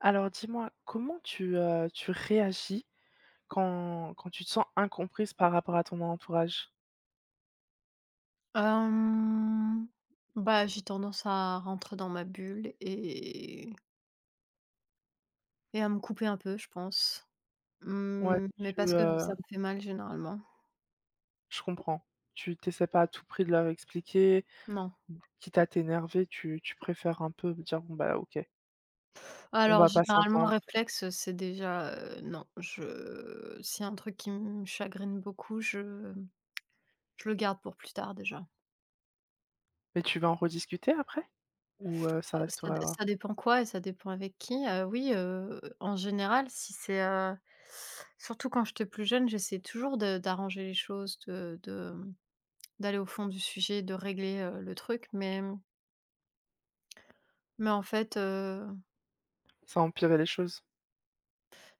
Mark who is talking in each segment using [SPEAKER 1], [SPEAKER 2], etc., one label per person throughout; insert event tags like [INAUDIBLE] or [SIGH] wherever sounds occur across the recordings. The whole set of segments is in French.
[SPEAKER 1] Alors dis-moi, comment tu, tu réagis quand tu te sens incomprise par rapport à ton entourage?
[SPEAKER 2] Hem, Bah, j'ai tendance à rentrer dans ma bulle et à me couper un peu, je pense.
[SPEAKER 1] Ouais,
[SPEAKER 2] Mmh, mais parce que ça me fait mal généralement.
[SPEAKER 1] je comprends. Tu essaies pas à tout prix de leur expliquer,
[SPEAKER 2] Non.
[SPEAKER 1] mmh, quitte à t'énerver, tu préfères un peu dire: «Bon bah, OK, on
[SPEAKER 2] Alors
[SPEAKER 1] va pas
[SPEAKER 2] généralement
[SPEAKER 1] s'entendre».
[SPEAKER 2] réflexe, c'est déjà, non, je s'il y a un truc qui me chagrine beaucoup, je le garde pour plus tard déjà.
[SPEAKER 1] Mais tu vas en rediscuter après? Ou, ça
[SPEAKER 2] Ça ça
[SPEAKER 1] restera
[SPEAKER 2] ça dépend quoi et ça dépend avec qui. Oui, en général, si c'est, surtout quand j'étais plus jeune, j'essayais toujours de d'arranger les choses, de D'aller au fond du sujet, de régler, le truc, mais mais en fait,
[SPEAKER 1] ça a les choses?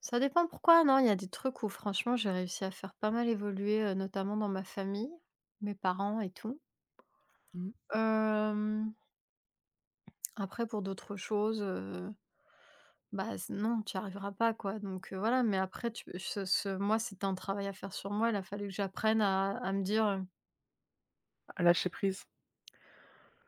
[SPEAKER 2] ça dépend pourquoi, non, il y a des trucs où franchement j'ai réussi à faire pas mal évoluer, notamment dans ma famille, mes parents et tout.
[SPEAKER 1] Mmh.
[SPEAKER 2] Hem, Après pour d'autres choses, bah, c non, tu n'y arriveras pas quoi, donc voilà, mais après tu ce ce moi, c'était un travail à faire sur moi, il a fallu que j'apprenne à me dire.
[SPEAKER 1] Lâcher prise.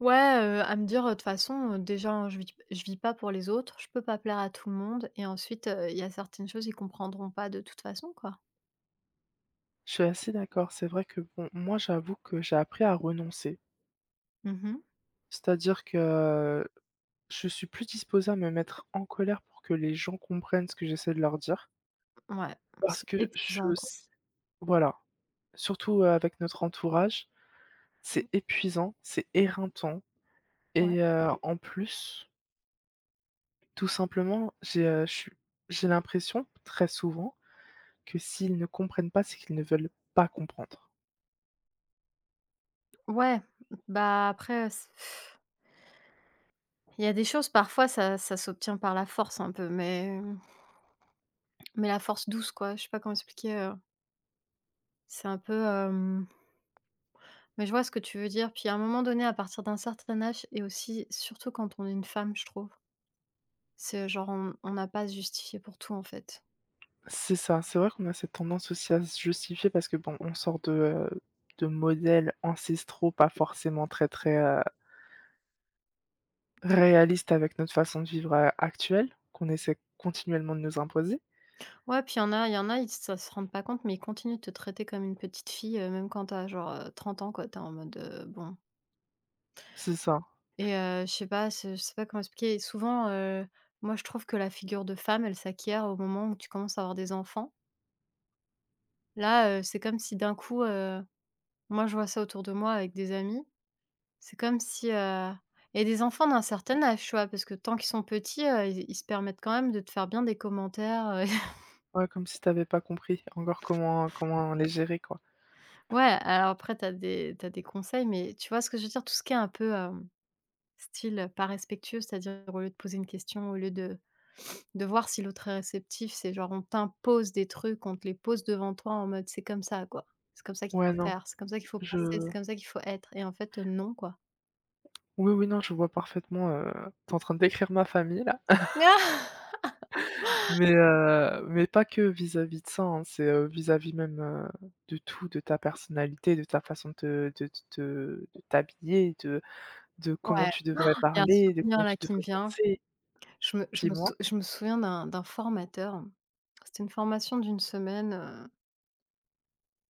[SPEAKER 2] Ouais, à me dire, de toute façon, déjà, hein, je vis pas pour les autres, je peux pas plaire à tout le monde et ensuite, il y a certaines choses, ils comprendront pas de toute façon, quoi.
[SPEAKER 1] Je suis assez d'accord, c'est vrai que bon, moi j'avoue que j'ai appris à renoncer.
[SPEAKER 2] Mmh.
[SPEAKER 1] C'est-à-dire que Je suis plus disposée à me mettre en colère pour que les gens comprennent ce que j'essaie de leur dire,
[SPEAKER 2] Ouais,
[SPEAKER 1] parce
[SPEAKER 2] c'est
[SPEAKER 1] que je
[SPEAKER 2] épuisant, quoi.
[SPEAKER 1] s voilà. Surtout, avec notre entourage,
[SPEAKER 2] Mmh,
[SPEAKER 1] c'est épuisant, c'est éreintant
[SPEAKER 2] ouais.
[SPEAKER 1] et en plus, tout simplement, j'ai, je suis j'ai l'impression, très souvent, que s'ils ne comprennent pas, c'est qu'ils ne veulent pas comprendre.
[SPEAKER 2] Ouais, bah, après, il y a des choses, parfois, ça s'obtient par la force un peu, mais mais la force douce, quoi. Je sais pas comment expliquer, c'est un peu, hem mais je vois ce que tu veux dire. Puis à un moment donné, à partir d'un certain âge et aussi, surtout quand on est une femme, je trouve. C'est genre on n'a pas à se justifier pour tout, en fait.
[SPEAKER 1] C'est ça, c'est vrai qu'on a cette tendance aussi à se justifier parce que bon, on sort de modèles ancestraux pas forcément très, très, réalistes avec notre façon de vivre, actuelle, qu'on essaie continuellement de nous imposer.
[SPEAKER 2] Ouais, puis il y en a, ils ça se rendent pas compte, mais ils continuent de te traiter comme une petite fille, même quand t'as genre, 30 ans, quoi. T'es en mode, bon,
[SPEAKER 1] C'est ça.
[SPEAKER 2] et je sais pas, c'est je sais pas comment expliquer. Et souvent, moi, je trouve que la figure de femme, elle s'acquiert au moment où tu commences à avoir des enfants. Là, c'est comme si d'un coup, moi, je vois ça autour de moi avec des amis, c'est comme si, et des enfants d'un certain âge, tu vois? Parce que tant qu'ils sont petits, ils se permettent quand même de te faire bien des commentaires.
[SPEAKER 1] Ouais, comme si t'avais pas compris encore comment les gérer, quoi.
[SPEAKER 2] Ouais, alors après t'as des conseils, mais tu vois ce que je veux dire? Tout ce qui est un peu, style, pas respectueux, c'est-à-dire au lieu de poser une question, au lieu de voir si l'autre est réceptif, c'est genre on t'impose des trucs, on te les pose devant toi en mode: «C'est comme ça quoi, c'est comme ça qu'il
[SPEAKER 1] Ouais,
[SPEAKER 2] faut
[SPEAKER 1] non,
[SPEAKER 2] faire, c'est comme ça qu'il faut penser,
[SPEAKER 1] je
[SPEAKER 2] c'est comme ça qu'il faut être» et en fait, non quoi.
[SPEAKER 1] oui, oui, non, je vois parfaitement, tu en train de décrire ma famille là.
[SPEAKER 2] Ah,
[SPEAKER 1] Mais pas que vis-à-vis de ça, hein, vis-à-vis même, de tout, de ta personnalité, de ta façon de te de te de t'habiller, de comment
[SPEAKER 2] ouais,
[SPEAKER 1] tu devrais
[SPEAKER 2] il y a un
[SPEAKER 1] parler, de
[SPEAKER 2] souvenir
[SPEAKER 1] comment tu
[SPEAKER 2] là qui me
[SPEAKER 1] devrais
[SPEAKER 2] vient.
[SPEAKER 1] penser.
[SPEAKER 2] Je me je me sou
[SPEAKER 1] Dis-moi?
[SPEAKER 2] je me souviens d'un formateur, c'était une formation d'une semaine,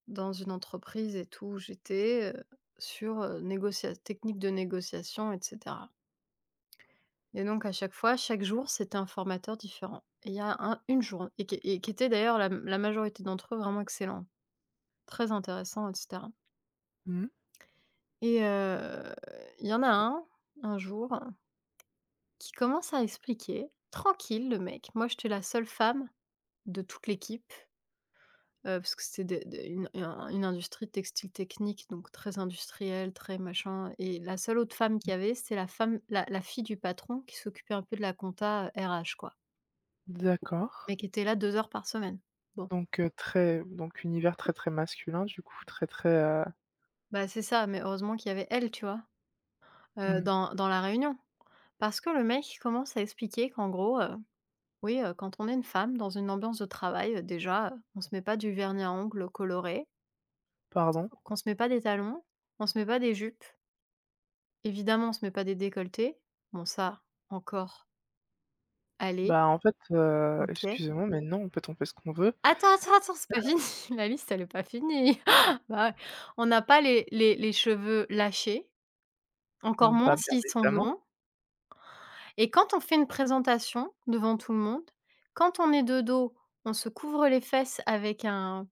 [SPEAKER 2] dans une entreprise et tout, où j'étais, sur, négocia technique de négociation et cetera, et donc à chaque fois, chaque jour, c'était un formateur différent et il y a un une journée et qui était d'ailleurs, la majorité d'entre eux vraiment excellents, très intéressants et cetera,
[SPEAKER 1] Mmh.
[SPEAKER 2] et il y en a un jour, qui commence à expliquer, tranquille le mec. Moi, j'étais la seule femme de toute l'équipe. Parce que c'était des une un une industrie textile technique, donc très industrielle, très machin, et la seule autre femme qu'il y avait, c'était la femme la fille du patron qui s'occupait un peu de la compta, RH quoi,
[SPEAKER 1] D'accord.
[SPEAKER 2] mais qui était là 2 heures par semaine. Bon,
[SPEAKER 1] Donc très donc univers très, très masculin du coup, très, très, heu
[SPEAKER 2] bah, c'est ça, mais heureusement qu'il y avait elle, tu vois?
[SPEAKER 1] mmh,
[SPEAKER 2] Dans la réunion. Parce que le mec commence à expliquer qu'en gros, oui, quand on est une femme dans une ambiance de travail, déjà, on se met pas du vernis à ongles coloré,
[SPEAKER 1] pardon?
[SPEAKER 2] qu'on se met pas des talons, on se met pas des jupes, évidemment, on se met pas des décolletés. Bon ça, encore, allez,
[SPEAKER 1] Bah, en fait,
[SPEAKER 2] OK.
[SPEAKER 1] excusez-moi, mais non, on peut tomber ce qu'on veut.
[SPEAKER 2] Attends, attends, attends, c'est pas fini, [LAUGHS] la liste elle est pas finie. [GASPS] [LAUGHS] Bah ouais. On n'a pas les cheveux lâchés, encore
[SPEAKER 1] Mmh,
[SPEAKER 2] moins
[SPEAKER 1] bah, bien
[SPEAKER 2] s'ils sont
[SPEAKER 1] évidemment,
[SPEAKER 2] longs, et quand on fait une présentation devant tout le monde, quand on est de dos, on se couvre les fesses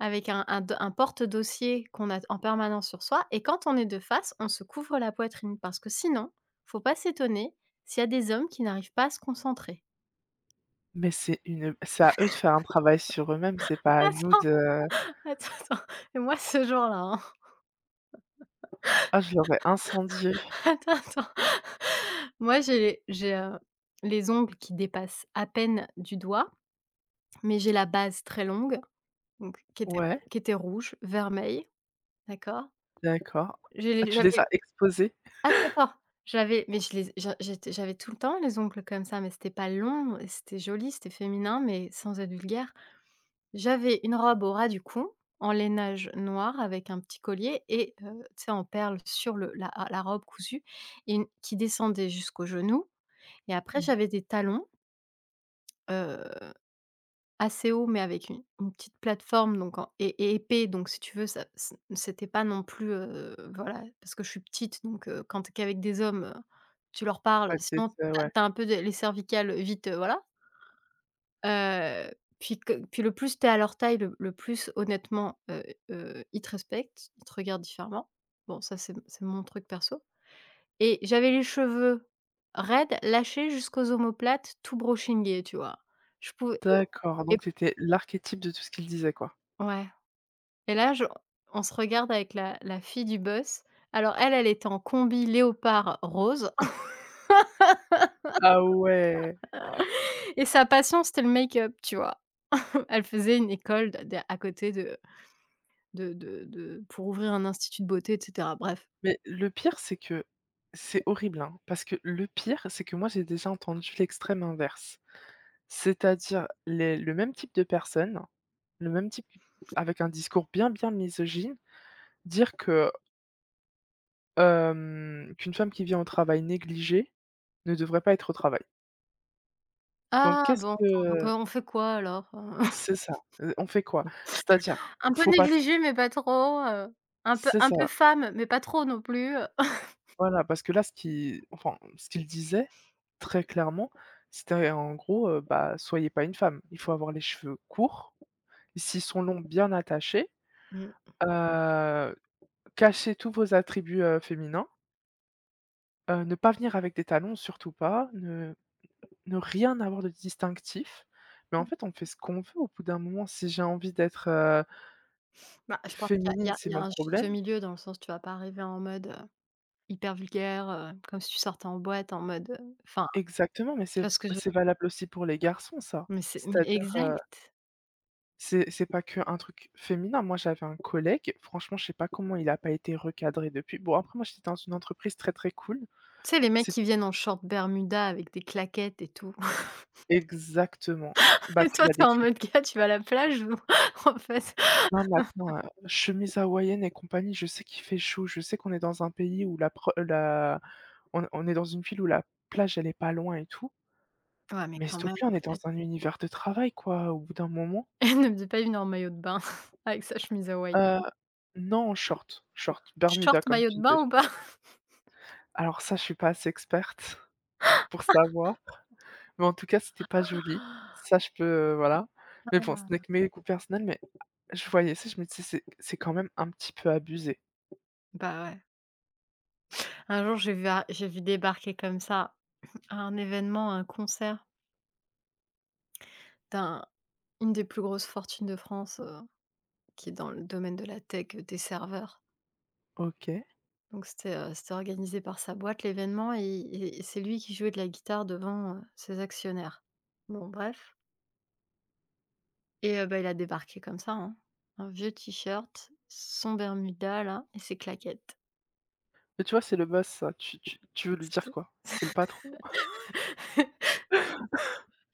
[SPEAKER 2] avec un d un porte-dossier qu'on a en permanence sur soi, et quand on est de face, on se couvre la poitrine parce que sinon, faut pas s'étonner s'il y a des hommes qui n'arrivent pas à se concentrer.
[SPEAKER 1] mais c'est à eux de faire un travail sur eux-mêmes, c'est pas à nous
[SPEAKER 2] Attends,
[SPEAKER 1] de.
[SPEAKER 2] attends, attends, et moi ce jour-là, hein,
[SPEAKER 1] Ah, je l'aurais incendié.
[SPEAKER 2] [LAUGHS] attends, attends, moi j'ai, les ongles qui dépassent à peine du doigt, mais j'ai la base très longue, donc qui était
[SPEAKER 1] Ouais,
[SPEAKER 2] qui était rouge, vermeil, d'accord?
[SPEAKER 1] d'accord.
[SPEAKER 2] J'ai
[SPEAKER 1] Ah,
[SPEAKER 2] les
[SPEAKER 1] tu les
[SPEAKER 2] j'avais
[SPEAKER 1] as exposés?
[SPEAKER 2] attends, attends, j'avais mais je les j'a j'étais j'avais tout le temps les ongles comme ça, mais c'était pas long, et c'était joli, c'était féminin, mais sans être vulgaire. J'avais une robe au ras du cou, en lainage noir avec un petit collier, et tu sais, en perles sur le la robe cousue, et une qui descendait jusqu'aux genoux, et après
[SPEAKER 1] Mmh.
[SPEAKER 2] j'avais des talons, heu, assez hauts mais avec une petite plateforme, donc en et épais, donc si tu veux, ça ce c'était pas non plus, voilà, parce que je suis petite, donc quand tu qu'avec des hommes, tu leur parles
[SPEAKER 1] Ouais, tu
[SPEAKER 2] sinon
[SPEAKER 1] es ouais.
[SPEAKER 2] t'as as un peu de les cervicales, vite, voilà. Heu, Puis le plus tu es à leur taille, le plus honnêtement, ils te respectent, ils te regardent différemment. Bon, ça, c'est mon truc perso, et j'avais les cheveux raides, lâchés jusqu'aux omoplates, tout brochingés, tu vois? Je pouvais.
[SPEAKER 1] D'accord,
[SPEAKER 2] Et
[SPEAKER 1] donc tu étais l'archétype de tout ce qu'il disait, quoi.
[SPEAKER 2] ouais et là je On se regarde avec la fille du boss. Alors elle, elle était en combi léopard rose. [LAUGHS]
[SPEAKER 1] Ah ouais!
[SPEAKER 2] Et sa passion, c'était le make-up, tu vois? Elle faisait une école d d à côté de pour ouvrir un institut de beauté et cetera, bref.
[SPEAKER 1] Mais le pire, c'est horrible, hein, parce que le pire, c'est que moi, j'ai déjà entendu l'extrême inverse. C'est-à-dire les le même type de personne, le même type avec un discours bien, bien misogyne, dire que, hem, qu'une femme qui vient au travail négligée ne devrait pas être au travail. Donc
[SPEAKER 2] Ah
[SPEAKER 1] qu'est-ce
[SPEAKER 2] bon, donc
[SPEAKER 1] que.
[SPEAKER 2] on fait quoi alors? [LAUGHS]
[SPEAKER 1] C'est ça, on fait quoi? C'est-à-dire,
[SPEAKER 2] Un peu
[SPEAKER 1] faut pas s
[SPEAKER 2] négligé mais pas trop, un peu
[SPEAKER 1] c'est ça,
[SPEAKER 2] femme mais pas trop non plus.
[SPEAKER 1] voilà, parce que là, ce qu'il disait, très clairement, c'était en gros, bah, soyez pas une femme. Il faut avoir les cheveux courts, s'ils sont longs, bien attachés,
[SPEAKER 2] Mmh.
[SPEAKER 1] heu, cachez tous vos attributs, féminins, ne pas venir avec des talons, surtout pas, ne rien avoir de distinctif. Mais en fait, on fait ce qu'on veut au bout d'un moment. Si j'ai envie d'être,
[SPEAKER 2] Bah, je pense qu'il y a il
[SPEAKER 1] féminine,
[SPEAKER 2] y a
[SPEAKER 1] c'est
[SPEAKER 2] il y a
[SPEAKER 1] mon
[SPEAKER 2] un juste
[SPEAKER 1] problème.
[SPEAKER 2] milieu dans le sens, tu vas pas arriver en mode, hyper vulgaire, comme si tu sortais en boîte en mode, enfin,
[SPEAKER 1] Exactement, mais
[SPEAKER 2] tu vois ce que je veux dire?
[SPEAKER 1] c'est valable aussi pour les garçons ça.
[SPEAKER 2] Mais c'est, mais
[SPEAKER 1] C'est-à-dire,
[SPEAKER 2] exact.
[SPEAKER 1] c'est pas que un truc féminin. Moi, j'avais un collègue, franchement, je sais pas comment il a pas été recadré depuis. Bon, après moi, j'étais dans une entreprise très, très cool.
[SPEAKER 2] Tu sais, les mecs
[SPEAKER 1] C'est
[SPEAKER 2] qui viennent en short bermuda avec des claquettes et tout. [LAUGHS]
[SPEAKER 1] exactement. Bah,
[SPEAKER 2] Et
[SPEAKER 1] tu
[SPEAKER 2] toi,
[SPEAKER 1] l'as
[SPEAKER 2] t'es en
[SPEAKER 1] décrit.
[SPEAKER 2] mode: «Gars, tu vas à la plage ou [LAUGHS] en fait?»
[SPEAKER 1] Non, mais attends, chemise hawaïenne et compagnie, je sais qu'il fait chaud, je sais qu'on est dans un pays où la pro la on est dans une ville où la plage, elle est pas loin et tout,
[SPEAKER 2] Ouais, mais
[SPEAKER 1] mais s'il
[SPEAKER 2] quand
[SPEAKER 1] te
[SPEAKER 2] même,
[SPEAKER 1] plaît, on
[SPEAKER 2] en
[SPEAKER 1] est dans
[SPEAKER 2] fait.
[SPEAKER 1] un univers de travail quoi, au bout d'un moment.
[SPEAKER 2] [LAUGHS] Elle ne faisait pas une en maillot de bain [LAUGHS] avec sa chemise
[SPEAKER 1] Euh,
[SPEAKER 2] hawaïenne.
[SPEAKER 1] Non, short, bermuda
[SPEAKER 2] Short
[SPEAKER 1] comme
[SPEAKER 2] maillot
[SPEAKER 1] tu
[SPEAKER 2] de bain
[SPEAKER 1] disais.
[SPEAKER 2] ou pas?
[SPEAKER 1] Alors ça, je suis pas assez experte [LAUGHS] pour savoir, mais en tout cas, c'était pas joli. Ça, je peux, voilà. Mais bon, ce n'est
[SPEAKER 2] Ah.
[SPEAKER 1] que mes goûts personnels, mais je voyais ça, je me disais: c'est quand même un petit peu abusé».
[SPEAKER 2] Bah, ouais. Un jour, j'ai vu débarquer comme ça à un événement, un concert d'un une des plus grosses fortunes de France, qui est dans le domaine de la tech, des serveurs.
[SPEAKER 1] OK.
[SPEAKER 2] Donc c'était, c'était organisé par sa boîte, l'événement, et c'est lui qui jouait de la guitare devant, ses actionnaires. Bon, bref, et bah, il a débarqué comme ça, hein. Un vieux t-shirt, son bermuda là et ses claquettes.
[SPEAKER 1] Mais tu vois, c'est le boss ça, tu veux lui dire quoi? C'est le patron.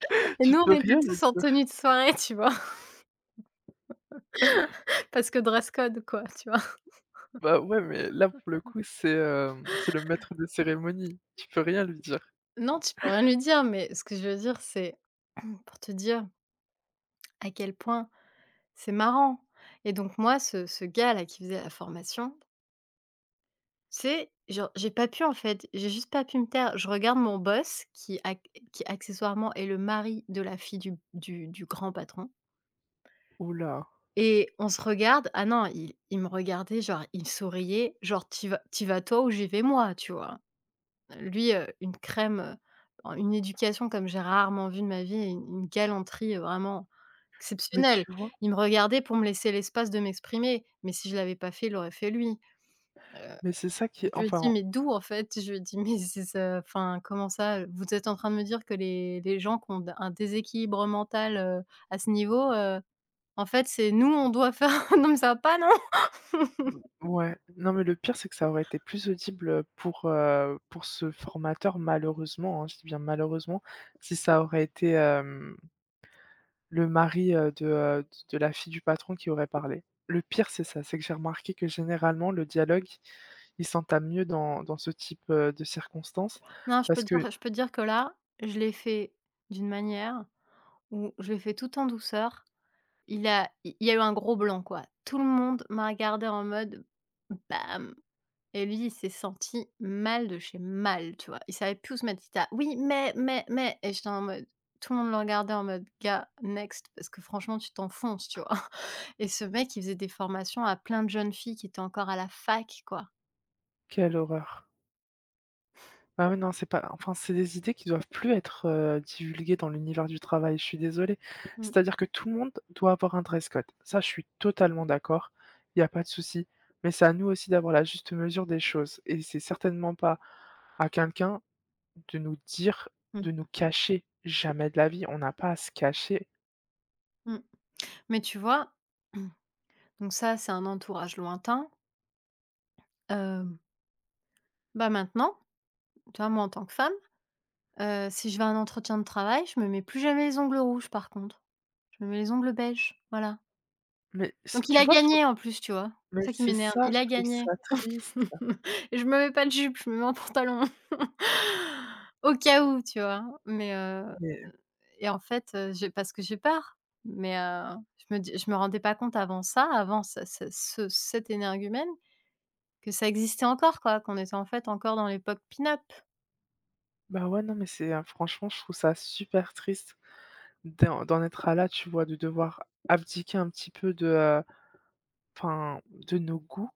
[SPEAKER 1] [LAUGHS]
[SPEAKER 2] Et
[SPEAKER 1] Tu
[SPEAKER 2] nous, on
[SPEAKER 1] peux
[SPEAKER 2] était
[SPEAKER 1] rien lui
[SPEAKER 2] tous en
[SPEAKER 1] dire.
[SPEAKER 2] tenue de soirée, tu vois? [LAUGHS] Parce que dress code, quoi, tu vois?
[SPEAKER 1] Bah, ouais, mais là, pour le coup, c'est le maître de cérémonie. Tu peux rien lui dire.
[SPEAKER 2] Non, tu peux rien lui dire, mais ce que je veux dire, c'est, pour te dire à quel point c'est marrant, et donc moi, ce gars-là qui faisait la formation, tu sais, genre, j'ai pas pu, en fait, j'ai juste pas pu me taire. Je regarde mon boss qui accessoirement est le mari de la fille du grand patron,
[SPEAKER 1] Ouh là,
[SPEAKER 2] et on se regarde. Ah non, il me regardait, genre, il souriait, genre: «Tu vas, tu vas toi ou j'y vais moi», tu vois? Lui, une crème, une éducation comme j'ai rarement vu de ma vie, et une galanterie, vraiment
[SPEAKER 1] mais tu
[SPEAKER 2] exceptionnelle.
[SPEAKER 1] vois?
[SPEAKER 2] Il me regardait pour me laisser l'espace de m'exprimer, mais si je l'avais pas fait, il l'aurait fait lui. Heu,
[SPEAKER 1] Mais c'est ça qui est
[SPEAKER 2] je lui dis:
[SPEAKER 1] enfin,
[SPEAKER 2] «Mais d'où en fait?» Je lui dis: «Mais c'est ça, enfin, comment ça? Vous êtes en train de me dire que les gens qui ont d un déséquilibre mental, à ce niveau, en fait, c'est nous, on doit faire [LAUGHS] non, mais ça va pas, non?»
[SPEAKER 1] ouais. Non, mais le pire, c'est que ça aurait été plus audible, pour ce formateur, malheureusement, hein, je dis bien malheureusement, si ça aurait été, hem, le mari, de la fille du patron qui aurait parlé. Le pire, c'est ça, c'est que j'ai remarqué que généralement, le dialogue, il s'entame mieux dans ce type, de circonstances
[SPEAKER 2] Non, je peux
[SPEAKER 1] parce
[SPEAKER 2] te
[SPEAKER 1] que.
[SPEAKER 2] dire, je peux te dire que là, je l'ai fait d'une manière où je l'ai fait tout en douceur. Il a, il y a eu un gros blanc, quoi. Tout le monde m'a regardée en mode: «Bam!» Et lui, il s'est senti mal de chez mal, tu vois? Il savait plus où se mettre. Il était là: «Oui, mais», et j'étais en mode, tout le monde le regardait en mode: «Gars, next, parce que franchement, tu t'enfonces», tu vois? [LAUGHS] Et ce mec, il faisait des formations à plein de jeunes filles qui étaient encore à la fac, quoi.
[SPEAKER 1] Quelle horreur! Ah ouais, non, c'est pas enfin, c'est des idées qui doivent plus être, divulguées dans l'univers du travail, je suis désolée.
[SPEAKER 2] Mmh,
[SPEAKER 1] C'est-à-dire que tout le monde doit avoir un dress code. Ça, je suis totalement d'accord, il n'y a pas de souci, mais c'est à nous aussi d'avoir la juste mesure des choses et c'est certainement pas à quelqu'un de nous dire de
[SPEAKER 2] mmh,
[SPEAKER 1] nous cacher. Jamais de la vie, on n'a pas à se cacher.
[SPEAKER 2] mmh. Mais tu vois? [CLEARS THROAT] Donc ça, c'est un entourage lointain. Hem, Bah, maintenant, tu vois, moi, en tant que femme, si je vais à un entretien de travail, je me mets plus jamais les ongles rouges, par contre. Je me mets les ongles beiges, voilà.
[SPEAKER 1] Mais c'est
[SPEAKER 2] Donc il
[SPEAKER 1] tu
[SPEAKER 2] a
[SPEAKER 1] vois, je trouve
[SPEAKER 2] gagné en plus, tu vois?
[SPEAKER 1] mais
[SPEAKER 2] C'est ça qui
[SPEAKER 1] c'est
[SPEAKER 2] m'énerve.
[SPEAKER 1] ça,
[SPEAKER 2] Il
[SPEAKER 1] je
[SPEAKER 2] a
[SPEAKER 1] trouve
[SPEAKER 2] gagné.
[SPEAKER 1] ça triste.
[SPEAKER 2] [LAUGHS] Et je me mets pas de jupe, je me mets un pantalon. [LAUGHS] Au cas où, tu vois? Mais, heu,
[SPEAKER 1] Mais
[SPEAKER 2] et en fait, j'ai, parce que j'ai peur. Mais, je me dis, je me rendais pas compte avant ça, avant ce ce ce cet énergumène, que ça existait encore quoi, qu'on était en fait encore dans l'époque pin-up.
[SPEAKER 1] bah, ouais, non, mais c'est, franchement, je trouve ça super triste d'en être à là, tu vois, de devoir abdiquer un petit peu enfin, de nos goûts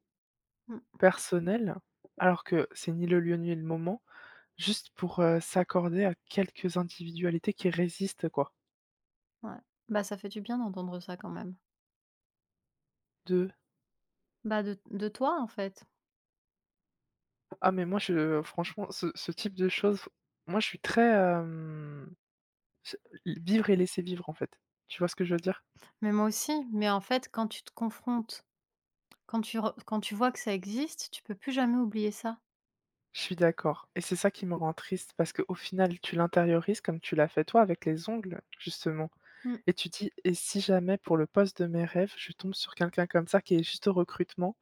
[SPEAKER 2] Mmh,
[SPEAKER 1] personnels, alors que c'est ni le lieu, ni le moment, juste pour, s'accorder à quelques individualités qui résistent, quoi.
[SPEAKER 2] ouais. Bah, ça fait du bien d'entendre ça quand même.
[SPEAKER 1] De:
[SPEAKER 2] Bah, de toi, en fait.
[SPEAKER 1] «Ah mais moi je franchement ce type de choses, moi je suis très, hem, ce vivre et laisser vivre en fait». Tu vois ce que je veux dire?
[SPEAKER 2] Mais moi aussi, mais en fait, quand tu te confrontes, quand tu re quand tu vois que ça existe, tu peux plus jamais oublier ça.
[SPEAKER 1] Je suis d'accord et c'est ça qui me rend triste parce qu'au final tu l'intériorises comme tu l'as fait toi avec les ongles, justement
[SPEAKER 2] Mmh.
[SPEAKER 1] et tu dis: «Et si jamais pour le poste de mes rêves, je tombe sur quelqu'un comme ça qui est juste au recrutement?»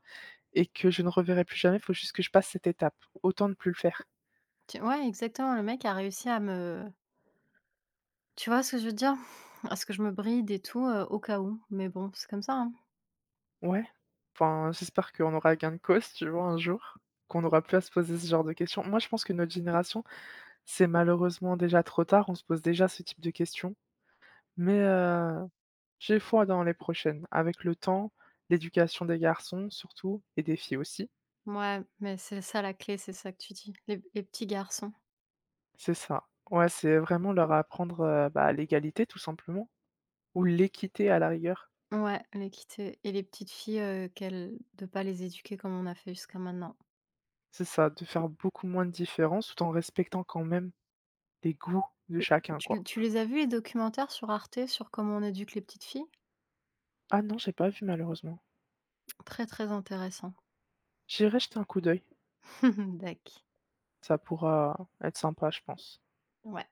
[SPEAKER 1] Et que je ne reverrai plus jamais, il faut juste que je passe cette étape. Autant ne plus le faire.
[SPEAKER 2] Tu, ouais, exactement, le mec a réussi à me, tu vois ce que je veux dire? [LAUGHS] À ce que je me bride et tout, au cas où, mais bon, c'est comme ça, hein.
[SPEAKER 1] Ouais. Enfin, j'espère qu'on aura gain de cause, tu vois, un jour, qu'on n'aura plus à se poser ce genre de questions. Moi, je pense que notre génération, c'est malheureusement déjà trop tard, on se pose déjà ce type de questions. Mais, j'ai foi dans les prochaines. Avec le temps, l'éducation des garçons surtout et des filles aussi.
[SPEAKER 2] Mouais, mais c'est ça la clé, c'est ça que tu dis. Les petits garçons.
[SPEAKER 1] C'est ça. Ouais, c'est vraiment leur apprendre, bah, l'égalité tout simplement ou l'équité à la rigueur.
[SPEAKER 2] Ouais, les quitter et les petites filles, qu'elles de pas les éduquer comme on a fait jusqu'à maintenant.
[SPEAKER 1] C'est ça, de faire beaucoup moins de différence tout en respectant quand même les goûts de chacun,
[SPEAKER 2] Tu
[SPEAKER 1] quoi.
[SPEAKER 2] tu les as vus les documentaires sur Arte, sur comment on éduque les petites filles?
[SPEAKER 1] Ah non, j'ai pas vu malheureusement.
[SPEAKER 2] Très, très intéressant.
[SPEAKER 1] J'irai jeter un coup d'œil,
[SPEAKER 2] [LAUGHS] Dak.
[SPEAKER 1] ça pourra être sympa, je pense.
[SPEAKER 2] Ouais.